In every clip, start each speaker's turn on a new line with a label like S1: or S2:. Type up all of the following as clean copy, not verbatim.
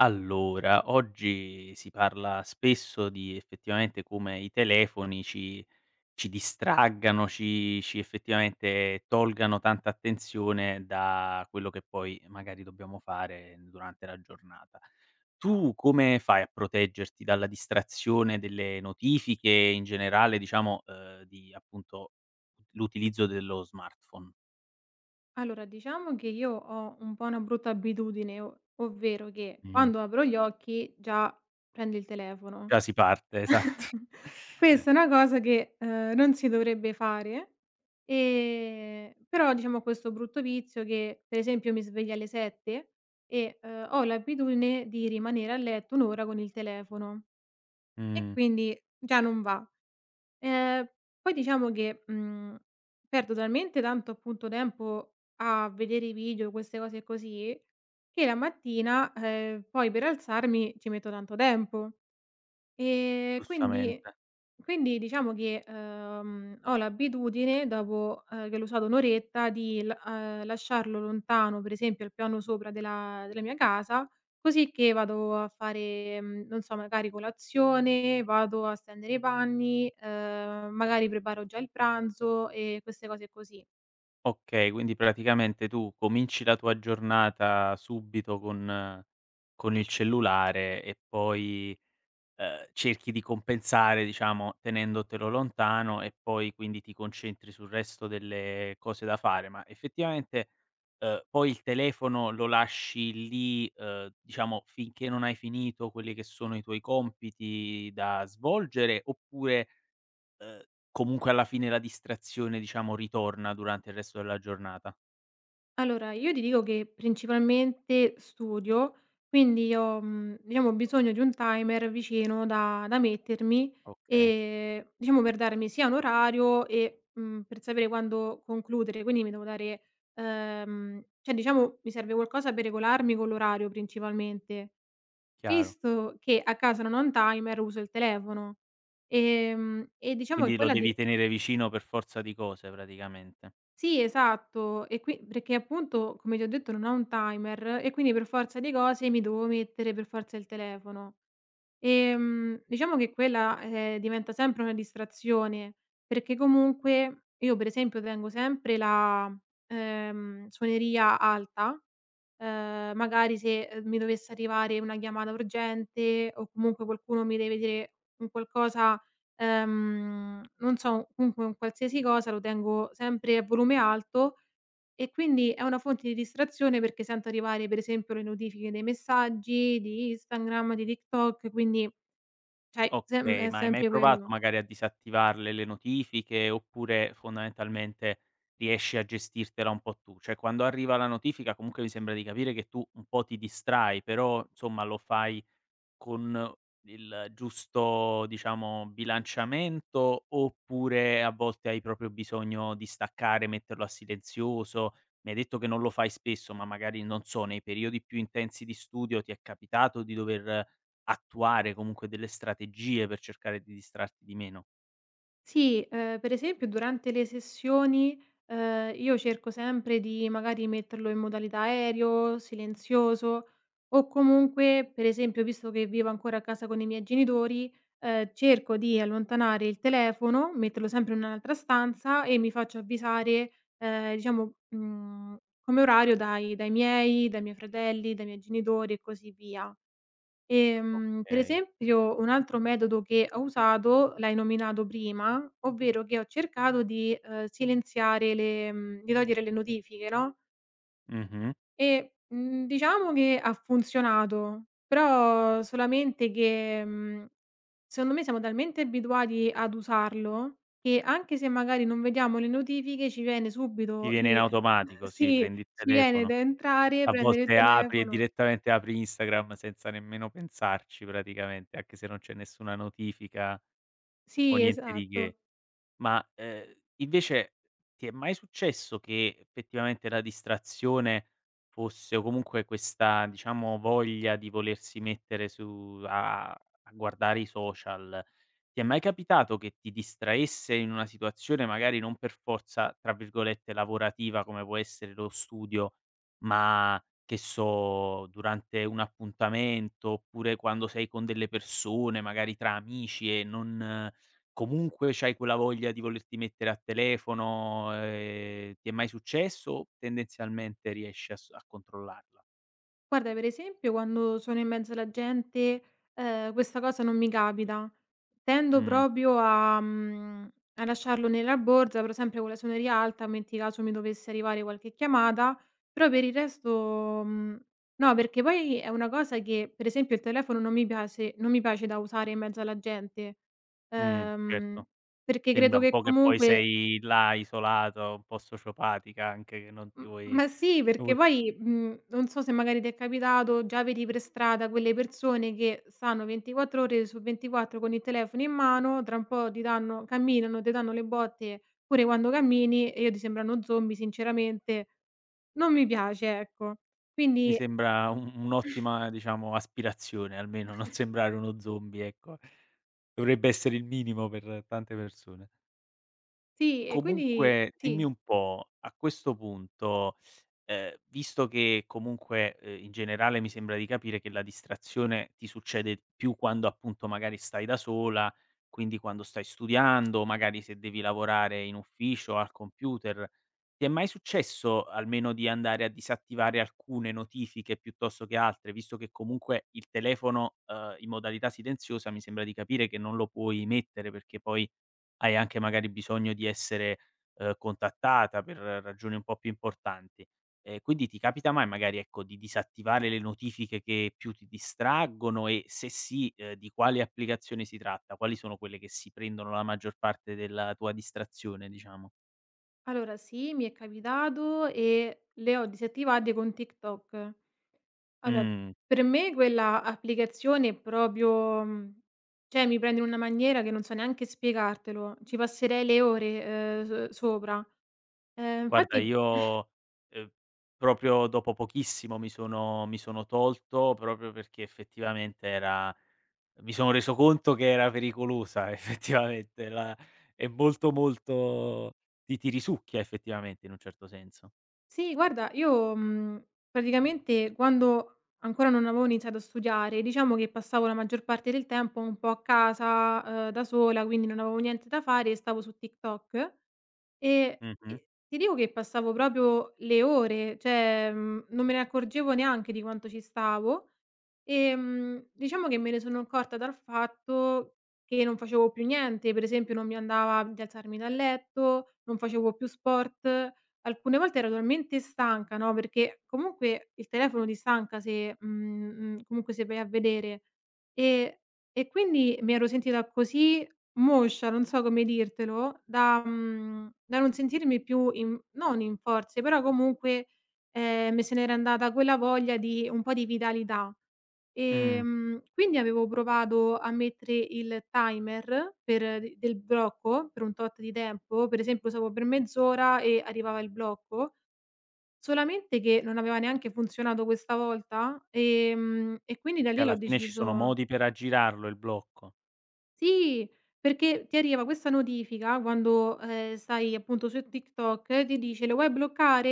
S1: Allora, oggi si parla spesso di effettivamente come i telefoni ci distraggano, ci effettivamente tolgano tanta attenzione da quello che poi magari dobbiamo fare durante la giornata. Tu come fai a proteggerti dalla distrazione delle notifiche e in generale diciamo, di appunto l'utilizzo dello smartphone?
S2: Allora, diciamo che io ho un po' una brutta abitudine, o ovvero che
S1: Mh.
S2: quando apro gli occhi già prendo il telefono.
S1: Già si parte, esatto.
S2: Questa è una cosa che, non si dovrebbe fare, però diciamo ho questo brutto vizio che, per esempio, mi sveglio alle 7 e, ho l'abitudine di rimanere a letto 1 ora con il telefono e
S1: Mh.
S2: quindi già non va. Ehm, Poi diciamo che, perdo talmente tanto appunto tempo a vedere i video, queste cose così, che la mattina, poi per alzarmi ci metto tanto tempo. Ehm, quindi
S1: Giustamente.
S2: quindi diciamo che, ho l'abitudine dopo, che l'ho usato 1 oretta di l lasciarlo lontano, per esempio al piano sopra della mia casa, così che vado a fare, non so, magari colazione, vado a stendere i panni, magari preparo già il pranzo e queste cose così.
S1: Okay, quindi praticamente tu cominci la tua giornata subito con il cellulare e poi, cerchi di compensare diciamo tenendotelo lontano e poi quindi ti concentri sul resto delle cose da fare, ma effettivamente, poi il telefono lo lasci lì, diciamo finché non hai finito quelli che sono i tuoi compiti da svolgere oppure, ehm, comunque alla fine la distrazione diciamo ritorna durante il resto della giornata?
S2: Allora, io ti dico che principalmente studio, quindi ho, diciamo, bisogno di un timer vicino da mettermi,
S1: Okay,
S2: diciamo per darmi sia un orario e, per sapere quando concludere. Quindi mi devo dare cioè diciamo mi serve qualcosa per regolarmi con l'orario principalmente,
S1: chiaro.
S2: visto che a casa non ho un timer uso il telefono. E diciamo che
S1: Quindi lo
S2: quella di
S1: devi tenere vicino per forza di cose praticamente.
S2: sì, esatto. E qui perché appunto, come ti ho detto, non ho un timer e quindi per forza di cose mi dovevo mettere per forza il telefono. Diciamo che quella, diventa sempre una distrazione, perché comunque io per esempio tengo sempre la, suoneria alta. Magari se, mi dovesse arrivare una chiamata urgente o comunque qualcuno mi deve dire un qualcosa, non so, comunque un qualsiasi cosa lo tengo sempre a volume alto e quindi è una fonte di distrazione perché sento arrivare per esempio le notifiche dei messaggi, di Instagram, di TikTok, quindi cioè sem
S1: Okay,
S2: è
S1: ma hai mai
S2: sempre
S1: provato
S2: quello.
S1: magari a disattivarle le notifiche, oppure fondamentalmente riesci a gestirtela un po' tu? Cioè quando arriva la notifica comunque mi sembra di capire che tu un po' ti distrai, però insomma lo fai con il giusto, diciamo, bilanciamento, oppure a volte hai proprio bisogno di staccare, metterlo a silenzioso? Mi hai detto che non lo fai spesso, ma magari, non so, nei periodi più intensi di studio ti è capitato di dover attuare comunque delle strategie per cercare di distrarti di meno?
S2: Sì, per esempio durante le sessioni, io cerco sempre di magari metterlo in modalità aereo, silenzioso o comunque, per esempio, visto che vivo ancora a casa con i miei genitori, cerco di allontanare il telefono, metterlo sempre in un'altra stanza e mi faccio avvisare, diciamo, come orario dai miei, dai miei fratelli, dai miei genitori e così via. Per
S1: Okay.
S2: esempio un altro metodo che ho usato, l'hai nominato prima, ovvero che ho cercato di, silenziare di togliere le notifiche, no,
S1: Mh-mh.
S2: e, diciamo che ha funzionato, però solamente che, secondo me siamo talmente abituati ad usarlo che anche se magari non vediamo le notifiche ci viene
S1: Ti
S2: subito
S1: viene in
S2: di
S1: automatico, sì,
S2: sì,
S1: prendi il
S2: ci viene
S1: telefono,
S2: da entrare,
S1: a
S2: prendere il
S1: volte apri e
S2: telefono.
S1: direttamente apri Instagram senza nemmeno pensarci praticamente, anche se non c'è nessuna notifica o
S2: Sì,
S1: niente di che.
S2: esatto.
S1: Ma, invece ti è mai successo che effettivamente la distrazione fosse o comunque questa, diciamo, voglia di volersi mettere su a guardare i social, ti è mai capitato che ti distraesse in una situazione magari non per forza, tra virgolette, "lavorativa" come può essere lo studio, ma che so, durante un appuntamento, oppure quando sei con delle persone, magari tra amici e non. Comunque c'hai quella voglia di volerti mettere a telefono, ti è mai successo o tendenzialmente riesci a controllarla?
S2: Guarda, per esempio, quando sono in mezzo alla gente, questa cosa non mi capita. Tendo
S1: Mh,
S2: proprio a lasciarlo nella borsa, però sempre con la suoneria alta, metti caso mi dovesse arrivare qualche chiamata, però per il resto, no, perché poi è una cosa che per esempio il telefono non mi piace da usare in mezzo alla gente, ehm,
S1: certo.
S2: perché
S1: Sembra
S2: credo
S1: un
S2: che
S1: po' che poi
S2: comunque
S1: sei là isolato, un po' sociopatica anche che non
S2: M
S1: ti vuoi.
S2: ma sì, perché poi, non so se magari ti è capitato, già vedi per strada quelle persone che stanno 24 ore su 24 con il telefono in mano, tra un po' ti danno camminano, ti danno le botte pure quando cammini e io ti sembrano zombie sinceramente, non mi piace, ecco.
S1: Mi
S2: Quindi
S1: sembra un'ottima diciamo aspirazione, almeno non sembrare uno zombie, ecco. Dovrebbe essere il minimo per tante persone.
S2: sì, e quindi
S1: Comunque dimmi
S2: sì.
S1: un po', a questo punto, visto che comunque, in generale mi sembra di capire che la distrazione ti succede più quando appunto magari stai da sola, quindi quando stai studiando, magari se devi lavorare in ufficio, al computer, ti è mai successo almeno di andare a disattivare alcune notifiche piuttosto che altre, visto che comunque il telefono, in modalità silenziosa mi sembra di capire che non lo puoi mettere perché poi hai anche magari bisogno di essere, contattata per ragioni un po' più importanti. Quindi ti capita mai magari, ecco, di disattivare le notifiche che più ti distraggono e se sì, di quali applicazioni si tratta? Quali sono quelle che si prendono la maggior parte della tua distrazione, diciamo?
S2: Allora sì, mi è capitato e le ho disattivate con TikTok. Allora,
S1: Mh,
S2: per me quella applicazione è proprio cioè mi prende in una maniera che non so neanche spiegartelo, ci passerei le ore, s sopra.
S1: Guarda
S2: Infatti
S1: io, uhm, proprio dopo pochissimo mi sono tolto proprio perché effettivamente era. Mi sono reso conto che era pericolosa effettivamente, la è molto, molto ti risucchia effettivamente in un certo senso.
S2: sì, guarda, io, praticamente quando ancora non avevo iniziato a studiare, diciamo che passavo la maggior parte del tempo un po' a casa, da sola, quindi non avevo niente da fare e stavo su TikTok e
S1: Mh-mh.
S2: e ti dico che passavo proprio le ore, cioè, non me ne accorgevo neanche di quanto ci stavo. Diciamo che me ne sono accorta dal fatto che non facevo più niente, per esempio non mi andava di alzarmi dal letto, non facevo più sport. Alcune volte ero talmente stanca, no, perché comunque il telefono ti stanca se mhmm, mhmm, comunque se vai a vedere. E e quindi mi ero sentita così moscia, non so come dirtelo, da non sentirmi più in non in forze, però comunque, me se n'era andata quella voglia di un po' di vitalità.
S1: Mh.
S2: Quindi avevo provato a mettere il timer per de del blocco, per un tot di tempo, per esempio usavo per mezz'ora e arrivava il blocco, solamente che non aveva neanche funzionato questa volta, e quindi da
S1: Perché
S2: lì
S1: alla
S2: l'ho
S1: fine ci sono
S2: deciso
S1: modi per aggirarlo il blocco.
S2: sì, perché ti arriva questa notifica quando, stai appunto su TikTok, ti dice: "Lo vuoi bloccare?"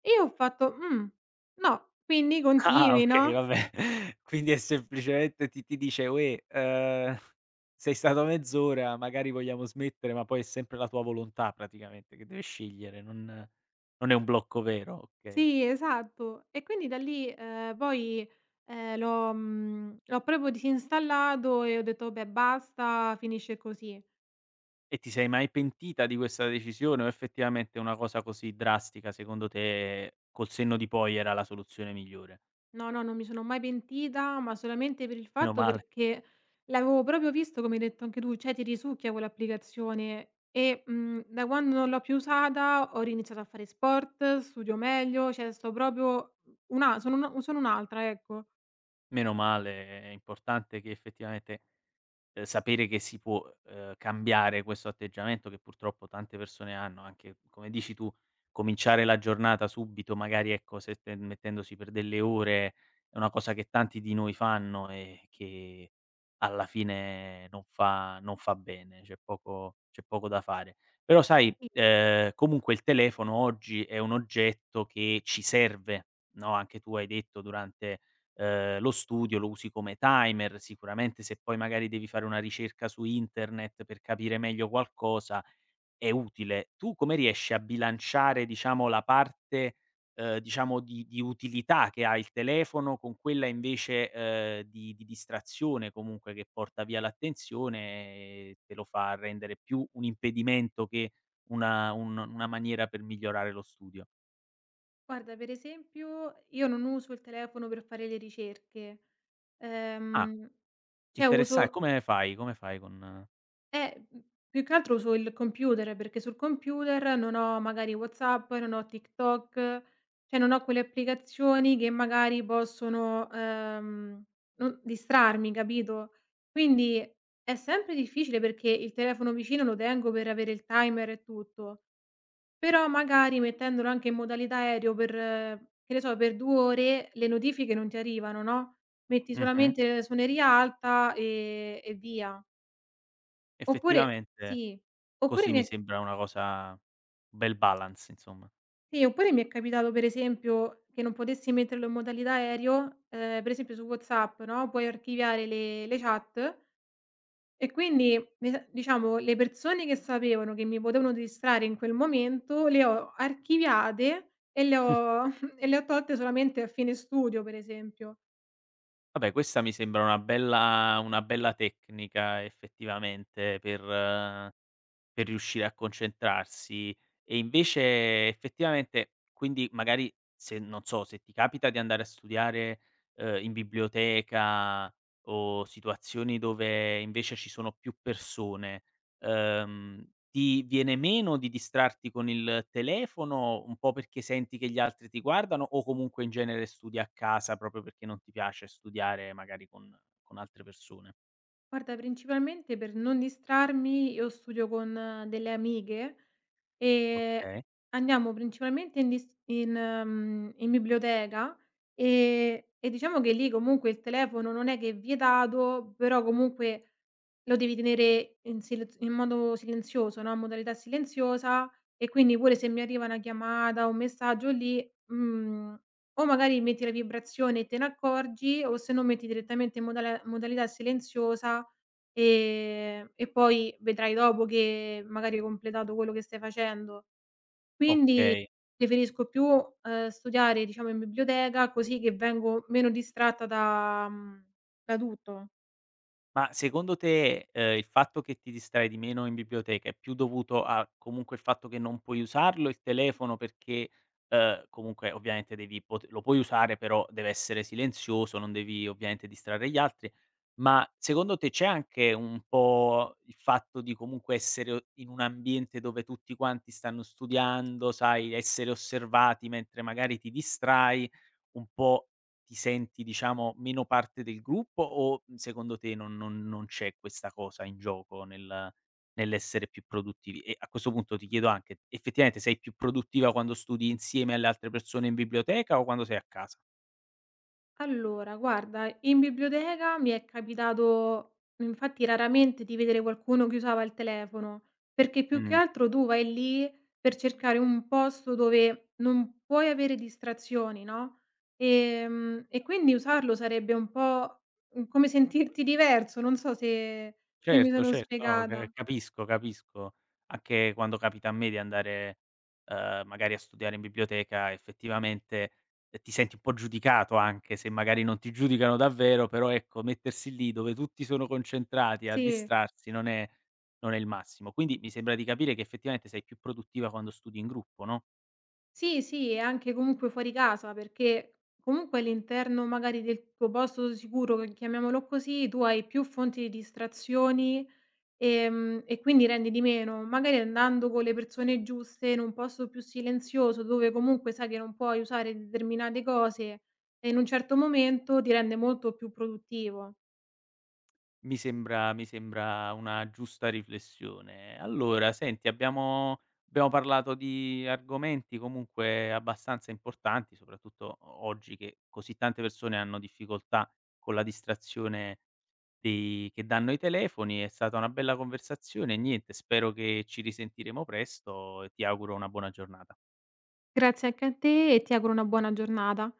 S2: E io ho fatto: no." Quindi
S1: Ah,
S2: continui,
S1: okay,
S2: no?
S1: vabbè. Quindi è semplicemente ti dice: "Uè, sei stato mezz'ora, magari vogliamo smettere", ma poi è sempre la tua volontà praticamente che deve scegliere, non è un blocco vero, okay.
S2: Sì, esatto. E quindi da lì, poi, l'ho proprio disinstallato e ho detto: "Vabbè basta, finisce così".
S1: E ti sei mai pentita di questa decisione o effettivamente una cosa così drastica secondo te, col senno di poi, era la soluzione migliore?
S2: No, no, non mi sono mai pentita, ma solamente per il
S1: Meno
S2: fatto
S1: male,
S2: perché l'avevo proprio visto, come hai detto anche tu, cioè ti risucchia quell'applicazione e, da quando non l'ho più usata ho riniziato a fare sport, studio meglio, cioè sto proprio una sono un sono un'altra, ecco.
S1: meno male, è importante che effettivamente sapere che si può, cambiare questo atteggiamento che purtroppo tante persone hanno, anche come dici tu, cominciare la giornata subito, magari ecco, se te mettendosi per delle ore, è una cosa che tanti di noi fanno e che alla fine non fa bene, c'è poco da fare. Però sai,
S2: Sì.
S1: comunque il telefono oggi è un oggetto che ci serve, no, anche tu hai detto durante lo studio lo usi come timer, sicuramente se poi magari devi fare una ricerca su internet per capire meglio qualcosa è utile. Tu come riesci a bilanciare, diciamo, la parte, diciamo di utilità che ha il telefono con quella invece, di distrazione comunque che porta via l'attenzione e te lo fa rendere più un impedimento che una un una maniera per migliorare lo studio.
S2: Guarda, per esempio, io non uso il telefono per fare le ricerche.
S1: Ah,
S2: Ehm, cioè
S1: interessa e
S2: uso
S1: come fai con
S2: eh, mhmm, più che altro uso il computer, perché sul computer non ho magari WhatsApp, non ho TikTok, cioè non ho quelle applicazioni che magari possono, non distrarmi, capito? Quindi è sempre difficile perché il telefono vicino lo tengo per avere il timer e tutto. Però magari mettendolo anche in modalità aereo per che ne so, per 2 ore le notifiche non ti arrivano, no, metti
S1: Mh-mh.
S2: solamente suoneria alta, e via. Oppure
S1: Effettivamente
S2: sì, oppure
S1: così
S2: mi
S1: mi
S2: è
S1: sembra una cosa bel balance insomma.
S2: sì, oppure mi è capitato per esempio che non potessi metterlo in modalità aereo, per esempio su WhatsApp, no, puoi archiviare le chat. E quindi, mi s diciamo, le persone che sapevano che mi potevano distrarre in quel momento le ho archiviate e le ho e le ho tolte solamente a fine studio, per esempio.
S1: Vabbè questa mi sembra una bella tecnica effettivamente per riuscire a concentrarsi e invece effettivamente quindi magari se non so, se ti capita di andare a studiare, in biblioteca o situazioni dove invece ci sono più persone, ehm, ti viene meno di distrarti con il telefono, un po' perché senti che gli altri ti guardano o comunque in genere studi a casa proprio perché non ti piace studiare magari con altre persone?
S2: Guarda, principalmente per non distrarmi io studio con delle amiche e
S1: Okay,
S2: andiamo principalmente in dis in mhmm, in biblioteca, e diciamo che lì comunque il telefono non è che è vietato, però comunque lo devi tenere in silenzio in modo silenzioso, no, in modalità silenziosa e quindi pure se mi arriva una chiamata, o un messaggio lì, o magari metti la vibrazione e te ne accorgi o se no metti direttamente in modala modalità silenziosa, e poi vedrai dopo che magari hai completato quello che stai facendo. Quindi
S1: okay.
S2: preferisco più, studiare diciamo in biblioteca così che vengo meno distratta da tutto.
S1: Ma secondo te, il fatto che ti distrai di meno in biblioteca è più dovuto a comunque il fatto che non puoi usarlo il telefono perché, comunque ovviamente devi pot lo puoi usare però deve essere silenzioso, non devi ovviamente distrarre gli altri, ma secondo te c'è anche un po' il fatto di comunque essere o in un ambiente dove tutti quanti stanno studiando, sai, essere osservati mentre magari ti distrai, un po' ti senti diciamo meno parte del gruppo o, secondo te non c'è questa cosa in gioco nell'essere più produttivi? E a questo punto ti chiedo anche, effettivamente sei più produttiva quando studi insieme alle altre persone in biblioteca o quando sei a casa?
S2: Allora, guarda, in biblioteca mi è capitato, infatti, raramente di vedere qualcuno che usava il telefono, perché più che
S1: Mh.
S2: altro tu vai lì per cercare un posto dove non puoi avere distrazioni, no? Quindi usarlo sarebbe un po' come sentirti diverso, non so se, se mi
S1: Certo,
S2: sono
S1: certo, no, c
S2: spiegata.
S1: capisco, capisco. Anche quando capita a me di andare, magari a studiare in biblioteca, effettivamente, ti senti un po' giudicato anche se magari non ti giudicano davvero, però ecco, mettersi lì dove tutti sono concentrati a
S2: Sì.
S1: distrarsi non è il massimo. Quindi mi sembra di capire che effettivamente sei più produttiva quando studi in gruppo, no?
S2: Sì, sì, e anche comunque fuori casa, perché comunque all'interno magari del tuo posto sicuro, che chiamiamolo così, tu hai più fonti di distrazioni, e quindi rendi di meno. Magari andando con le persone giuste in un posto più silenzioso, dove comunque sai che non puoi usare determinate cose, e in un certo momento ti rende molto più produttivo.
S1: Mi sembra una giusta riflessione. Allora senti abbiamo parlato di argomenti comunque abbastanza importanti, soprattutto o oggi che così tante persone hanno difficoltà con la distrazione dei che danno i telefoni. È stata una bella conversazione e niente, spero che ci risentiremo presto e ti auguro una buona giornata.
S2: Grazie anche a te e ti auguro una buona giornata.